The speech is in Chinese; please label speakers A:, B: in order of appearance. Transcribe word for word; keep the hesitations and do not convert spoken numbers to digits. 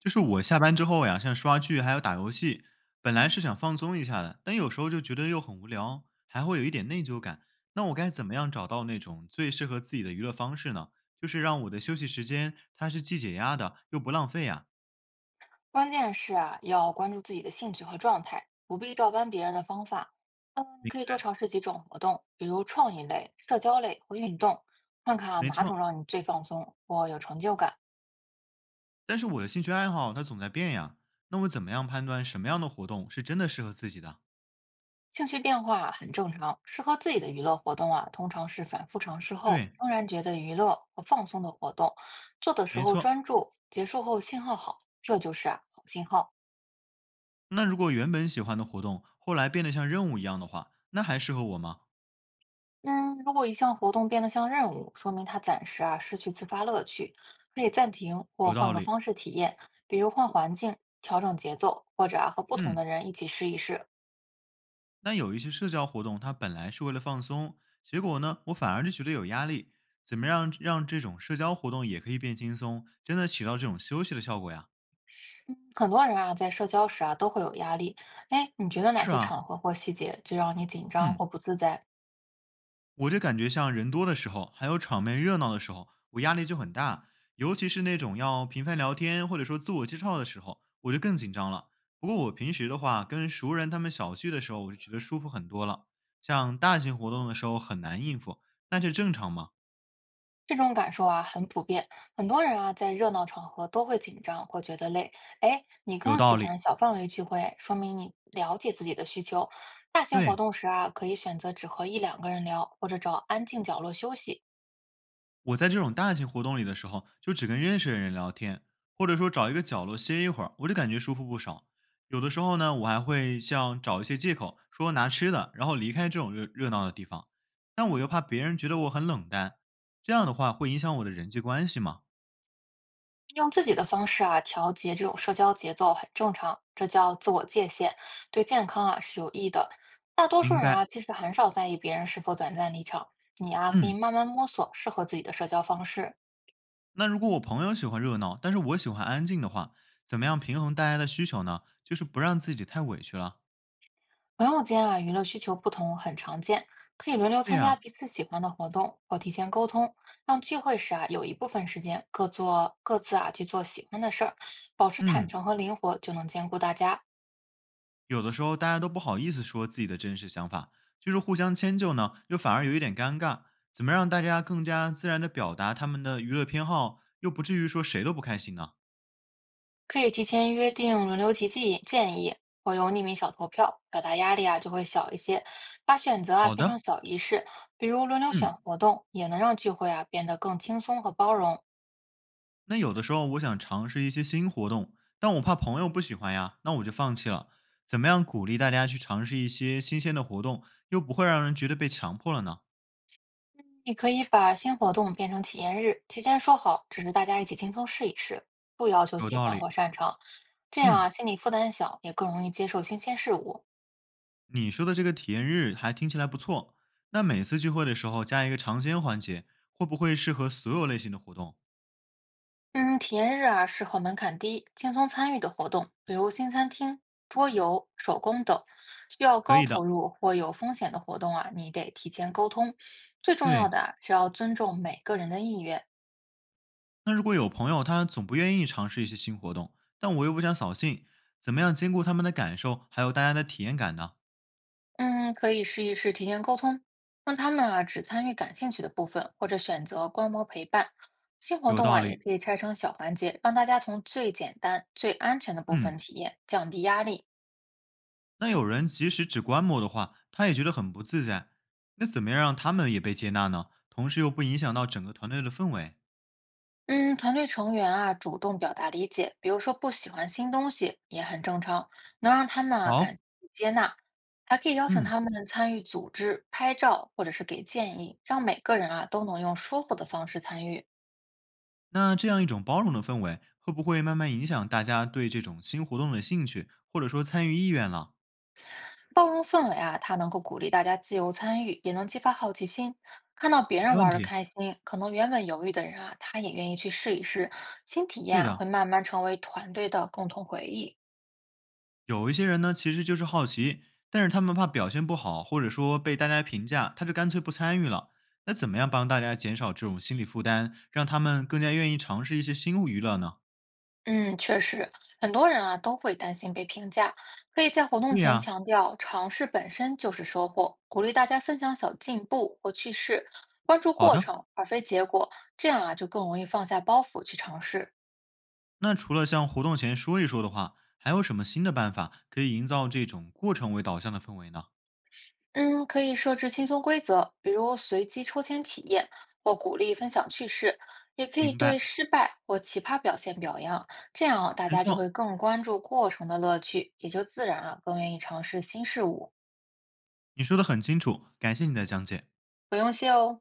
A: 就是我下班之后呀，像刷剧还有打游戏，本来是想放松一下的，但有时候就觉得又很无聊，还会有一点内疚感。那我该怎么样找到那种最适合自己的娱乐方式呢？就是让我的休息时间它是既解压的又不浪费呀。
B: 关键是啊，要关注自己的兴趣和状态，不必照搬别人的方法。嗯，你
A: 明
B: 可以多
A: 白，
B: 尝试几种活动，比如创意类、社交类或运动，看看啊
A: 没
B: 哪
A: 错。
B: 种让你最放松或有成就感。
A: 但是我的兴趣爱好它总在变呀，那我怎么样判断什么样的活动是真的适合自己的？
B: 兴趣变化很正常，适合自己的娱乐活动啊，通常是反复尝试后，
A: 对，
B: 仍然觉得娱乐和放松的活动，做的时
A: 没
B: 候
A: 错。
B: 专注，结束后信号好，这就是啊好信号。
A: 那如果原本喜欢的活动后来变得像任务一样的话，那还适合我吗？
B: 嗯，如果一项活动变得像任务，说明它暂时啊失去自发乐趣，可以暂停或
A: 有
B: 换
A: 道
B: 个
A: 理。
B: 方式体验，比如换环境、调整节奏，或者啊和不同的
A: 嗯，
B: 人一起试一试。
A: 那有一些社交活动，它本来是为了放松，结果呢，我反而就觉得有压力。怎么样让这种社交活动也可以变轻松，真的起到这种休息的效果呀？
B: 嗯，很多人啊在社交时啊都会有压力，哎，你觉得哪
A: 是
B: 些
A: 啊，
B: 场合或细节最让你紧张或
A: 嗯，
B: 不自在？
A: 我就感觉像人多的时候，还有场面热闹的时候，我压力就很大，尤其是那种要频繁聊天或者说自我介绍的时候，我就更紧张了。不过我平时的话，跟熟人他们小聚的时候，我就觉得舒服很多了。像大型活动的时候很难应付，那这正常吗？
B: 这种感受啊很普遍，很多人啊在热闹场合都会紧张或觉得累。哎，你
A: 有
B: 更喜
A: 道理，
B: 欢小范围聚会，说明你了解自己的需求。大型活
A: 对。
B: 动时啊，可以选择只和一两个人聊，或者找安静角落休息，
A: 我在这种大型活动里的时候，就只跟认识的人聊天，或者说找一个角落歇一会儿，我就感觉舒服不少。有的时候呢，我还会像找一些借口说拿吃的，然后离开这种热热闹的地方，但我又怕别人觉得我很冷淡，这样的话会影响我的人际关系吗？
B: 用自己的方式啊调节这种社交节奏很正常，这叫自我界限，对健康啊是有益的。大多数
A: 明
B: 人啊
A: 白。
B: 其实很少在意别人是否短暂离场，你啊可以
A: 嗯，
B: 慢慢摸索适合自己的社交方式。
A: 那如果我朋友喜欢热闹，但是我喜欢安静的话，怎么样平衡大家的需求呢？就是不让自己太委屈了。
B: 朋友间啊，娱乐需求不同很常见，可以轮流
A: 对
B: 参加
A: 呀、
B: 彼此喜欢的活动，或提前沟通，让聚会时啊有一部分时间各做各自啊去做喜欢的事儿，保持坦
A: 嗯。
B: 诚和灵活，就能兼顾大家。
A: 有的时候大家都不好意思说自己的真实想法，就是互相迁就呢，又反而有一点尴尬。怎么让大家更加自然的表达他们的娱乐偏好，又不至于说谁都不开心呢？
B: 可以提前约定轮流提建议建议，或用匿名小投票，表达压力啊就会小一些。把选择啊
A: 好
B: 变成
A: 的，
B: 小仪式，比如轮流选
A: 嗯，
B: 活动，也能让聚会啊变得更轻松和包容。
A: 那有的时候我想尝试一些新活动，但我怕朋友不喜欢呀，那我就放弃了。怎么样鼓励大家去尝试一些新鲜的活动，又不会让人觉得被强迫了呢？
B: 你可以把新活动变成体验日，提前说好，只是大家一起轻松试一试，不要求
A: 有
B: 喜
A: 道
B: 欢
A: 理，
B: 或擅长，这样啊，
A: 嗯。
B: 心理负担小，也更容易接受新鲜事物。
A: 你说的这个体验日还听起来不错，那每次聚会的时候加一个尝鲜环节，会不会适合所有类型的活动？
B: 嗯，体验日啊，适合门槛低、轻松参与的活动，比如新餐厅、桌游、手工等。需要
A: 可
B: 高
A: 以
B: 投
A: 的，
B: 入或有风险的活动啊，你得提前沟通。最重要
A: 对。
B: 的啊是要尊重每个人的意愿，
A: 那如果有朋友他总不愿意尝试一些新活动，但我又不想扫兴，怎么样兼顾他们的感受还有大家的体验感呢？
B: 嗯，可以试一试提前沟通，让他们啊只参与感兴趣的部分，或者选择观摩陪伴。新活
A: 有
B: 动
A: 道
B: 啊，也
A: 理。
B: 可以拆成小环节，让大家从最简单、最安全的部分
A: 嗯，
B: 体验，降低压力。
A: 那有人即使只观摩的话，他也觉得很不自在。那怎么样让他们也被接纳呢？同时又不影响到整个团队的氛围？
B: 嗯，团队成员啊主动表达理解，比如说不喜欢新东西也很正常，能让他们啊
A: 好，
B: 感被接纳，还可以邀请
A: 嗯。
B: 他们参与组织、拍照或者是给建议，让每个人啊都能用舒服的方式参与。
A: 那这样一种包容的氛围，会不会慢慢影响大家对这种新活动的兴趣，或者说参与意愿了？
B: 包容氛围啊，它能够鼓励大家自由参与，也能激发好奇心。看到别人
A: 没问
B: 玩的
A: 题，
B: 开心，可能原本犹豫的人啊，他也愿意去试一试。新体
A: 对
B: 验啊，会
A: 的，
B: 慢慢成为团队的共同回忆。
A: 有一些人呢，其实就是好奇，但是他们怕表现不好，或者说被大家评价，他就干脆不参与了。那怎么样帮大家减少这种心理负担，让他们更加愿意尝试一些新娱乐呢？
B: 嗯，确实，很多人啊都会担心被评价，可以在活动
A: 对
B: 前
A: 呀、
B: 强调，尝试本身就是收获，鼓励大家分享小进步或趣事，关注
A: 好
B: 过
A: 的。
B: 程而非结果，这样啊就更容易放下包袱去尝试。
A: 那除了像活动前说一说的话，还有什么新的办法可以营造这种过程为导向的氛围呢？
B: 嗯，可以设置轻松规则，比如随机抽签体验，或鼓励分享趣事，也可以
A: 明白，
B: 对失败或奇葩表现表扬，这样啊大
A: 没
B: 家就
A: 错，
B: 会更关注过程的乐趣，也就自然啊更愿意尝试新事物。
A: 你说的很清楚，感谢你的讲解。
B: 不用谢哦。